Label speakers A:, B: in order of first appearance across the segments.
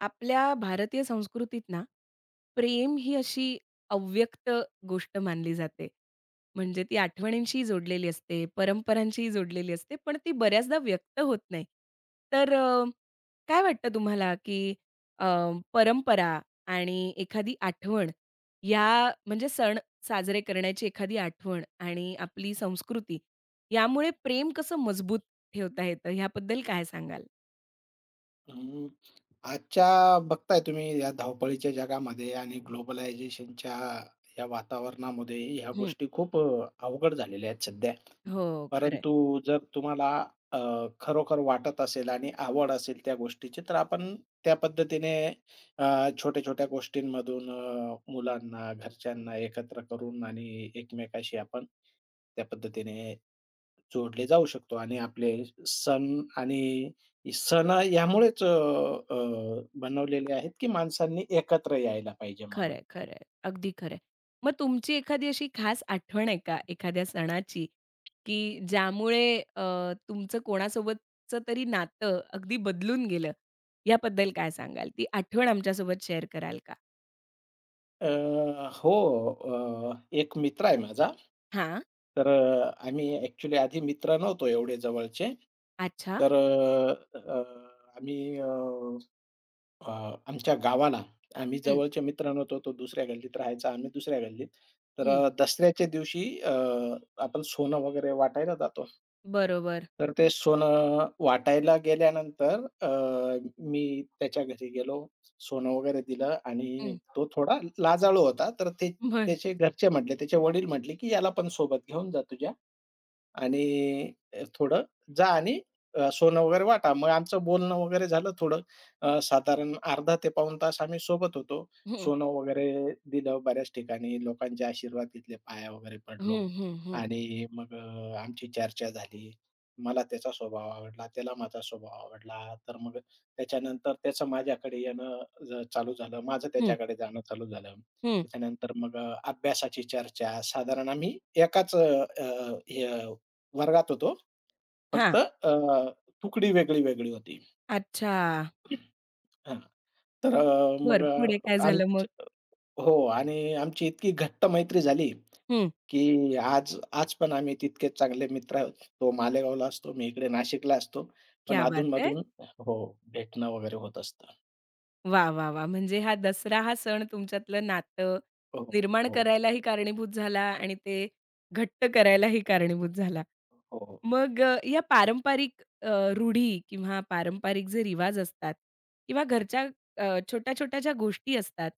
A: आपल्या भारतीय संस्कृतीत ना, प्रेम ही अशी अव्यक्त गोष्ट मानली जाते. म्हणजे ती आठवणींशी जोडलेली असते, परंपरांशी जोडलेली असते, पण ती बऱ्याचदा व्यक्त होत नाही. तर अ, काय वाटतं तुम्हाला, की अ, परंपरा आणि एखादी आठवण या म्हणजे सण साजरे करण्याची एखादी आठवण आणि आपली संस्कृती यामुळे प्रेम कसं मजबूत ठेवता येतं, ह्याबद्दल काय सांगाल?
B: हं. आजच्या बघताय तुम्ही या धावपळीच्या जगामध्ये आणि ग्लोबलायझेशनच्या या वातावरणामध्ये ह्या
A: हं.
B: गोष्टी खूप अवघड झालेल्या आहेत सध्या.
A: हो, खरं.
B: परंतु जर तुम्हाला अ, खरोखर वाटत असेल आणि आवड असेल त्या गोष्टीची, तर आपण त्या पद्धतीने छोट्या-छोट्या गोष्टींमधून मुलांना, घरच्यांना एकत्र करून आणि एकमेकाशी आपण त्या पद्धतीने जोडले जाऊ शकतो आणि आपले सण आणि सण यामुळेच अ, अ, बनवलेले आहेत, की माणसांनी एकत्र यायला पाहिजे म्हणून.
A: खरंय, खरंय. अगदी खरंय. मग तुमची एखादी अशी खास आठवण आहे का एखाद्या सणाची, की ज्यामुळे तुमचं कोणासोबतचं तरी नातं अगदी बदलून गेलं? याबद्दल काय सांगाल? ती आठवण आमच्यासोबत शेअर कराल का?
B: अ, हो. अ, एक मित्र आहे माझा.
A: हां.
B: तर आम्ही ॲक्चुअली आधी मित्र नव्हतो एवढे जवळचे.
A: अच्छा.
B: तर अ, अ, आम्ही अ अ, आमच्या गावाला आम्ही
A: हं,
B: जवळच्या मित्रांनो होतो. तो दुसऱ्या गल्लीत राहायचा, आम्ही दुसऱ्या गल्लीत. तर
A: हं.
B: दसऱ्याच्या दिवशी आपण सोनं वगैरे वाटायला जातो.
A: बरोबर.
B: तर ते सोनं वाटायला गेल्यानंतर मी त्याच्या घरी गेलो. सोनं वगैरे दिलं
A: हं.
B: आणि तो थोडा लाजाळू होता. तर ते
A: बरं.
B: त्याचे घरचे म्हटले, त्याचे वडील म्हटले, की "याला पण सोबत घेऊन जा तुझ्या." आणि थोडं जा आणि सोनं वगैरे वाटा. मग आमचं बोलणं वगैरे झालं थोडं. साधारण अर्धा ते पाऊण तास आम्ही सोबत होतो.
A: हं.
B: सोनं वगैरे दिलं बऱ्याच ठिकाणी. लोकांचे आशीर्वाद घेतले, पाया वगैरे पडलो
A: हं, हं, हं.
B: आणि मग आमची चर्चा झाली. मला त्याचा स्वभाव आवडला, त्याला माझा स्वभाव आवडला. तर मग त्याच्यानंतर त्याचं माझ्याकडे येणं चालू झालं. माझं
A: हं,
B: त्याच्याकडे जाणं चालू झालं.
A: हं.
B: त्याच्यानंतर मग अभ्यासाची चर्चा. साधारण आम्ही एकाच अ, अ, हे वर्गात होतो.
A: हां.
B: फक्त तुकडी वेगळी-वेगळी होती.
A: अच्छा.
B: हां. तर मग
A: बरं. पुढे काय झालं मग?
B: आमच हो आणि आमची इतकी घट्ट मैत्री झाली,
A: हं.
B: की आज आज पण आम्ही तितकेच चांगले मित्र आहोत. तो मालेगावला असतो, मी इकडे नाशिकला असतो. पण
A: क्या बात है!
B: अधून-मधून हो, भेटणं वगैरे होत असतं.
A: वाह, वाह, वाह! म्हणजे हा दसरा हा सण तुमच्यातलं नातं
B: हो,
A: निर्माण
B: हो.
A: करायलाही कारणीभूत झाला आणि ते घट्ट करायलाही कारणीभूत झाला.
B: हो.
A: मग या पारंपरिक रूढी किंवा पारंपरिक जे रिवाज असतात किंवा घरच्या छोट्या-छोट्या ज्या गोष्टी असतात,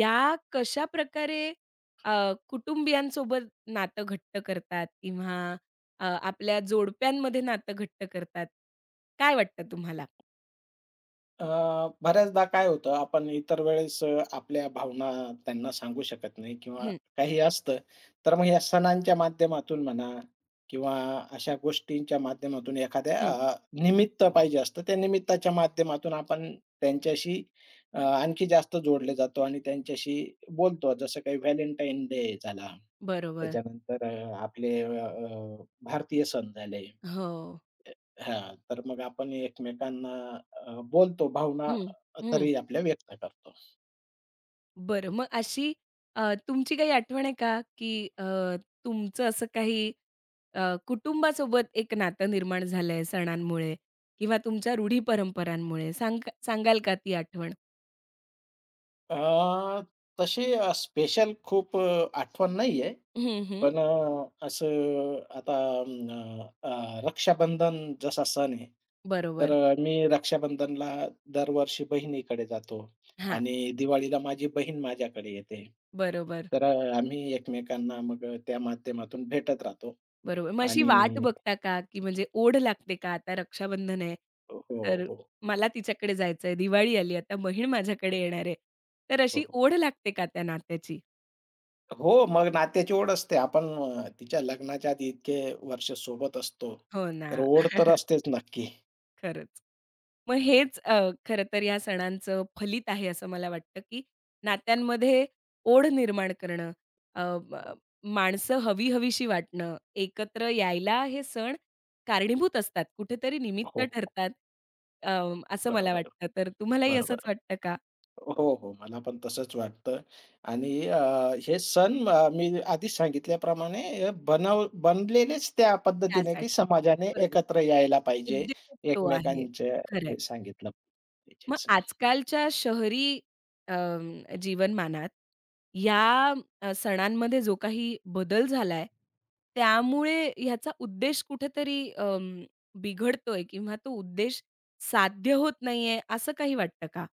A: या कशाप्रकारे कुटुंबियांसोबत नातं घट्ट करतात किंवा आपल्या जोडप्यांमध्ये नातं घट्ट करतात? काय वाटतं तुम्हाला?
B: अ, बऱ्याचदा काय होतं, आपण इतर वेळेस आपल्या भावना त्यांना सांगू शकत नाही किंवा
A: हं,
B: काही असतं. तर मग या सणांच्या माध्यमातून म्हणा किंवा अशा गोष्टींच्या माध्यमातून एखाद्या
A: हं.
B: अ, निमित्त पाहिजे असतं. त्या निमित्ताच्या माध्यमातून आपण त्यांच्याशी आणखी जास्त जोडले जातो आणि त्यांच्याशी बोलतो. जसं काही व्हॅलेंटाईन डे झाला,
A: बरोबर.
B: त्याच्यानंतर आपले भारतीय सण झाले.
A: हो.
B: हां, तर मग आपण एकमेकांना बोलतो, भावना
A: हं, हं.
B: तरी आपल्या व्यक्त करतो.
A: बरं, मग अशी तुमची काही आठवण आहे का, की तुमचं असं काही अ, कुटुंबासोबत एक नातं निर्माण झालंय सणांमुळे किंवा तुमच्या रूढी परंपरांमुळे? सांगाल का ती आठवण?
B: अ, तशी स्पेशल खूप आठवण नाहीये.
A: हं, हं.
B: पण असं आता अं, रक्षाबंधन जसा सण आहे, तर
A: बरोबर.
B: मी रक्षाबंधनला दरवर्षी बहिणीकडे जातो
A: हां.
B: आणि दिवाळीला माझी बहीण माझ्याकडे येते.
A: बरोबर,
B: तर आम्ही एकमेकांना मग त्या माध्यमातून भेटत राहतो
A: बरोबर. मग अशी वाट
B: आणि
A: बघता का, की म्हणजे ओढ लागते का आता रक्षाबंधन आहे,
B: हो,
A: तर
B: हो,
A: मला तिच्याकडे जायचंय, दिवाळी आली आता बहीण माझ्याकडे येणार आहे. तर अशी
B: हो.
A: ओढ लागते का त्या नात्याची?
B: हो, मग नात्याची ओढ असते. आपण तिच्या लग्नाच्या आधी इतके वर्ष सोबत असतो,
A: हो ना.
B: तर ओढ तर असतेच नक्की.
A: खरंच. मग हेच खरं तर या सणांचं फलित आहे असं मला वाटतं, की नात्यांमध्ये ओढ निर्माण करणं, अ, म
B: हो,
A: माणसं हवी-हवीशी वाटणं, एकत्र यायला हे सण कारणीभूत असतात. कुठेतरी निमित्त
B: हो.
A: ठरतात. अ, असं मला
B: बरोबर,
A: वाटतं. तर तुम्हालाही असंच
B: बरोबर.
A: वाटतं का?
B: हो, हो. मला पण तसंच वाटतं आणि हे सण मी आधीच सांगितल्याप्रमाणे बनलेलेच त्या पद्धतीने, की
A: त्यासाठी.
B: समाजाने
A: बरोबर.
B: एकत्र यायला पाहिजे.
A: उद्देशच तो आहे.
B: एकमेकांचे
A: खरं.
B: हे सांगितलं
A: मग
B: पाहिजेच.
A: आजकालच्या शहरी अम, जीवनमानात या सणांमध्ये जो काही बदल झालाय, त्यामुळे ह्याचा उद्देश कुठेतरी अम, बिघडतोय किंवा तो उद्देश साध्य होत नाहीये, असं काही वाटतं का?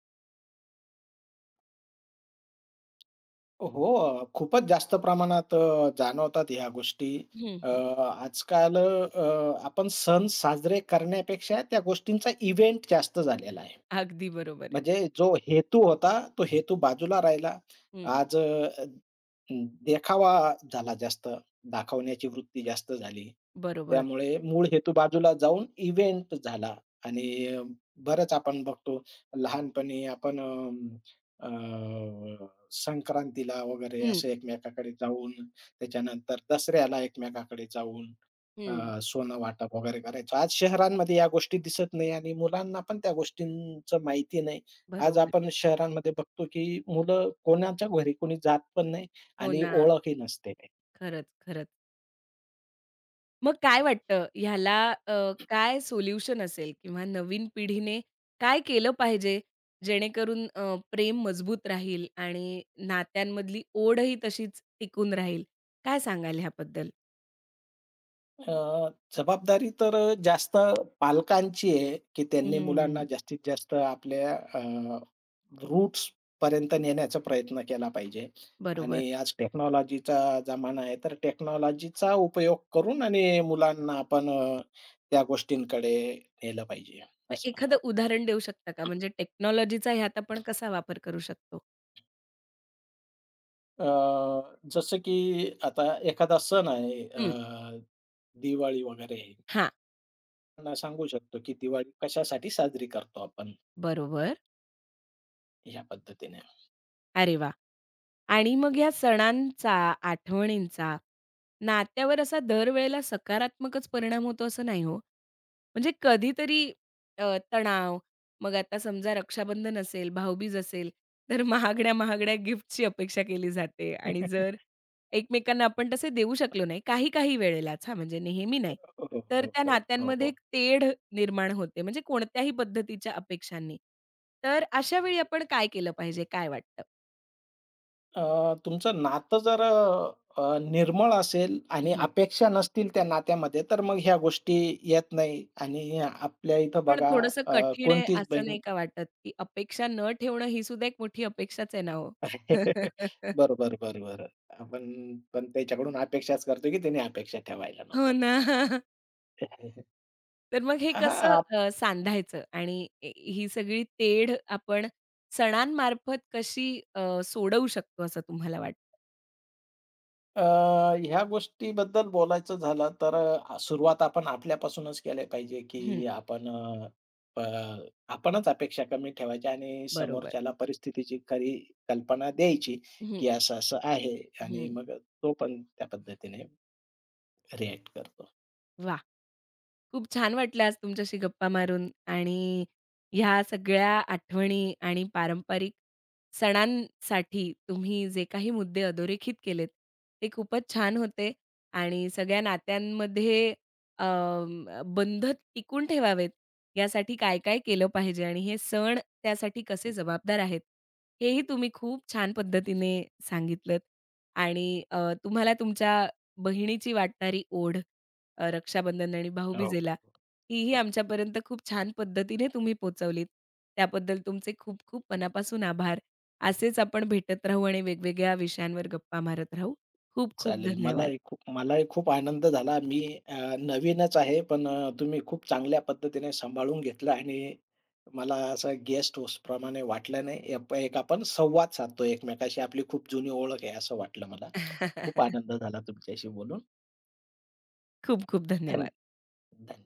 B: हो, खूपच जास्त प्रमाणात जाणवतात ह्या गोष्टी.
A: हं,
B: अ,
A: हं.
B: आजकाल आपण सण साजरे करण्यापेक्षा त्या गोष्टींचा इव्हेंट जास्त झालेला आहे.
A: अगदी बरोबर आहे.
B: म्हणजे जो हेतू होता, तो हेतू बाजूला राहिला.
A: हं,
B: आज देखावा झाला जास्त, दाखवण्याची वृत्ती जास्त झाली.
A: बरोबर.
B: त्यामुळे मूळ हेतू बाजूला जाऊन इव्हेंट झाला आणि बरंच आपण बघतो लहानपणी आपण अ, अ, संक्रांतीला वगैरे
A: हं,
B: असं एकमेकाकडे जाऊन, त्याच्यानंतर दसऱ्याला एकमेकाकडे जाऊन
A: हं.
B: अ, सोनं वाटप वगैरे करायचो. आज शहरांमध्ये या गोष्टी दिसत नाही आणि मुलांना पण त्या गोष्टींचं माहिती नाही. आज
A: बरोबर.
B: आपण शहरांमध्ये बघतो, की मुलं कोणाच्या घरी कोणी जात पण नाही
A: हो
B: आणि
A: ना.
B: ओळखही नसते.
A: खरंच, खरंच. मग काय वाटतं ह्याला अ, काय सोल्युशन असेल किंवा नवीन पिढीने काय केलं पाहिजे जेणेकरून प्रेम मजबूत राहील आणि नात्यांमधली ओढही तशीच टिकून राहील? काय सांगाल ह्याबद्दल?
B: अ, जबाबदारी तर जास्त पालकांची आहे, की त्यांनी मुलांना
A: हम्म.
B: जास्तीत जास्त आपल्या अ, रूट्स पर्यंत नेण्याचा प्रयत्न केला पाहिजे.
A: बरोबर.
B: आणि आज टेक्नॉलॉजीचा जमाना आहे, तर टेक्नॉलॉजीचा उपयोग करून आणि मुलांना आपण त्या गोष्टींकडे नेलं पाहिजे,
A: मग
B: असं मला
A: एखादं
B: वाटतं.
A: उदाहरण देऊ शकता का? म्हणजे टेक्नॉलॉजीचा ह्यात आपण कसा वापर करू शकतो?
B: अ, जसं की आता एखादा सण आहे
A: हं.
B: दिवाळी वगैरे,
A: हां.
B: त्यांना सांगू शकतो, की दिवाळी कशासाठी साजरी करतो आपण,
A: बरोबर.
B: ह्या पद्धतीने.
A: अरे वाह! आणि मग या सणांचा, आठवणींचा, नात्यावर असा दरवेळेला सकारात्मकच परिणाम होतो असं नाही हो. म्हणजे कधीतरी तणाव, मग आता समजा रक्षाबंधन असेल, भाऊबीज असेल, तर महागड्या-महागड्या गिफ्टची अपेक्षा केली जाते आणि जर एकमेकांना आपण तसे देऊ शकलो नाही, काही-काही वेळेलाच हां, म्हणजे नेहमी नाही,
B: हो,
A: तर
B: हो,
A: त्या
B: हो, हो,
A: नात्यांमध्ये
B: हो.
A: एक तेढ निर्माण होते, म्हणजे कोणत्याही पद्धतीच्या अपेक्षांनी. तर अशा वेळी आपण काय केलं पाहिजे, काय वाटतं?
B: तुमचं नातं जर निर्मळ असेल आणि
A: हं.
B: अपेक्षा नसतील त्या नात्यामध्ये, तर मग ह्या गोष्टी येत नाही आणि आपल्या इथं
A: पण
B: बघा
A: थोडंसं कठीण आहे
B: कोणतीच
A: असं
B: बहीण
A: नाही का वाटत, की अपेक्षा न ठेवणं ही सुद्धा एक मोठी अपेक्षाच आहे ना हो.
B: बरोबर, बरोबर. आपण पण त्याच्याकडून अपेक्षाच करतो, की त्याने अपेक्षा ठेवायला
A: हो
B: नको.
A: ना. तर मग हे कसं
B: हां.
A: अ, सांधायचं आणि ही सगळी तेढ आपण सणांमार्फत कशी सोडवू शकतो असं तुम्हाला वाटतं?
B: अ, ह्या गोष्टीबद्दल बोलायचं झालं तर सुरुवात आपण आपल्यापासूनच केली पाहिजे,
A: हं,
B: की आपण अ, अ, आपणच अपेक्षा कमी ठेवायच्या आणि
A: बरोबर.
B: समोरच्याला परिस्थितीची खरी कल्पना द्यायची,
A: हं,
B: की असं-असं आहे आणि
A: हं.
B: मग तो पण त्या पद्धतीने रिएक्ट करतो.
A: वाह! खूप छान वाटलं आज तुमच्याशी गप्पा मारून आणि ह्या सगळ्या आठवणी आणि पारंपरिक सणांसाठी तुम्ही जे काही मुद्दे अधोरेखित केलेत, ते खूपच छान होते आणि सगळ्या नात्यांमध्ये बंध टिकून ठेवावेत, यासाठी काय-काय केलं पाहिजे आणि हे सण त्यासाठी कसे जबाबदार आहेत, हेही तुम्ही खूप छान पद्धतीने सांगितलत आणि तुम्हाला तुमच्या बहिणीची वाटणारी ओढ रक्षाबंधन आणि
B: हो,
A: भाऊबीजेला, तीही
B: हो.
A: आमच्यापर्यंत खूप छान पद्धतीने तुम्ही पोहोचवलीत. त्याबद्दल तुमचे खूप खूप मनापासून आभार. असेच आपण भेटत राहू आणि वेगवेगळ्या विषयांवर गप्पा मारत राहू. खूप खूप
B: चालेल.
A: धन्यवाद.
B: मलाही खूप आनंद झाला. मी नवीनच आहे, पण तुम्ही खूप चांगल्या पद्धतीने सांभाळून घेतलं आणि मला असं गेस्ट होस्टप्रमाणे वाटलं नाही. एक एक आपण संवाद साधतो एकमेकाशी. आपली खूप जुनी ओळख आहे असं वाटलं मला. खूप आनंद झाला तुमच्याशी बोलून.
A: खूप खूप
B: धन
A: धन्यवाद.
B: धन्यवाद.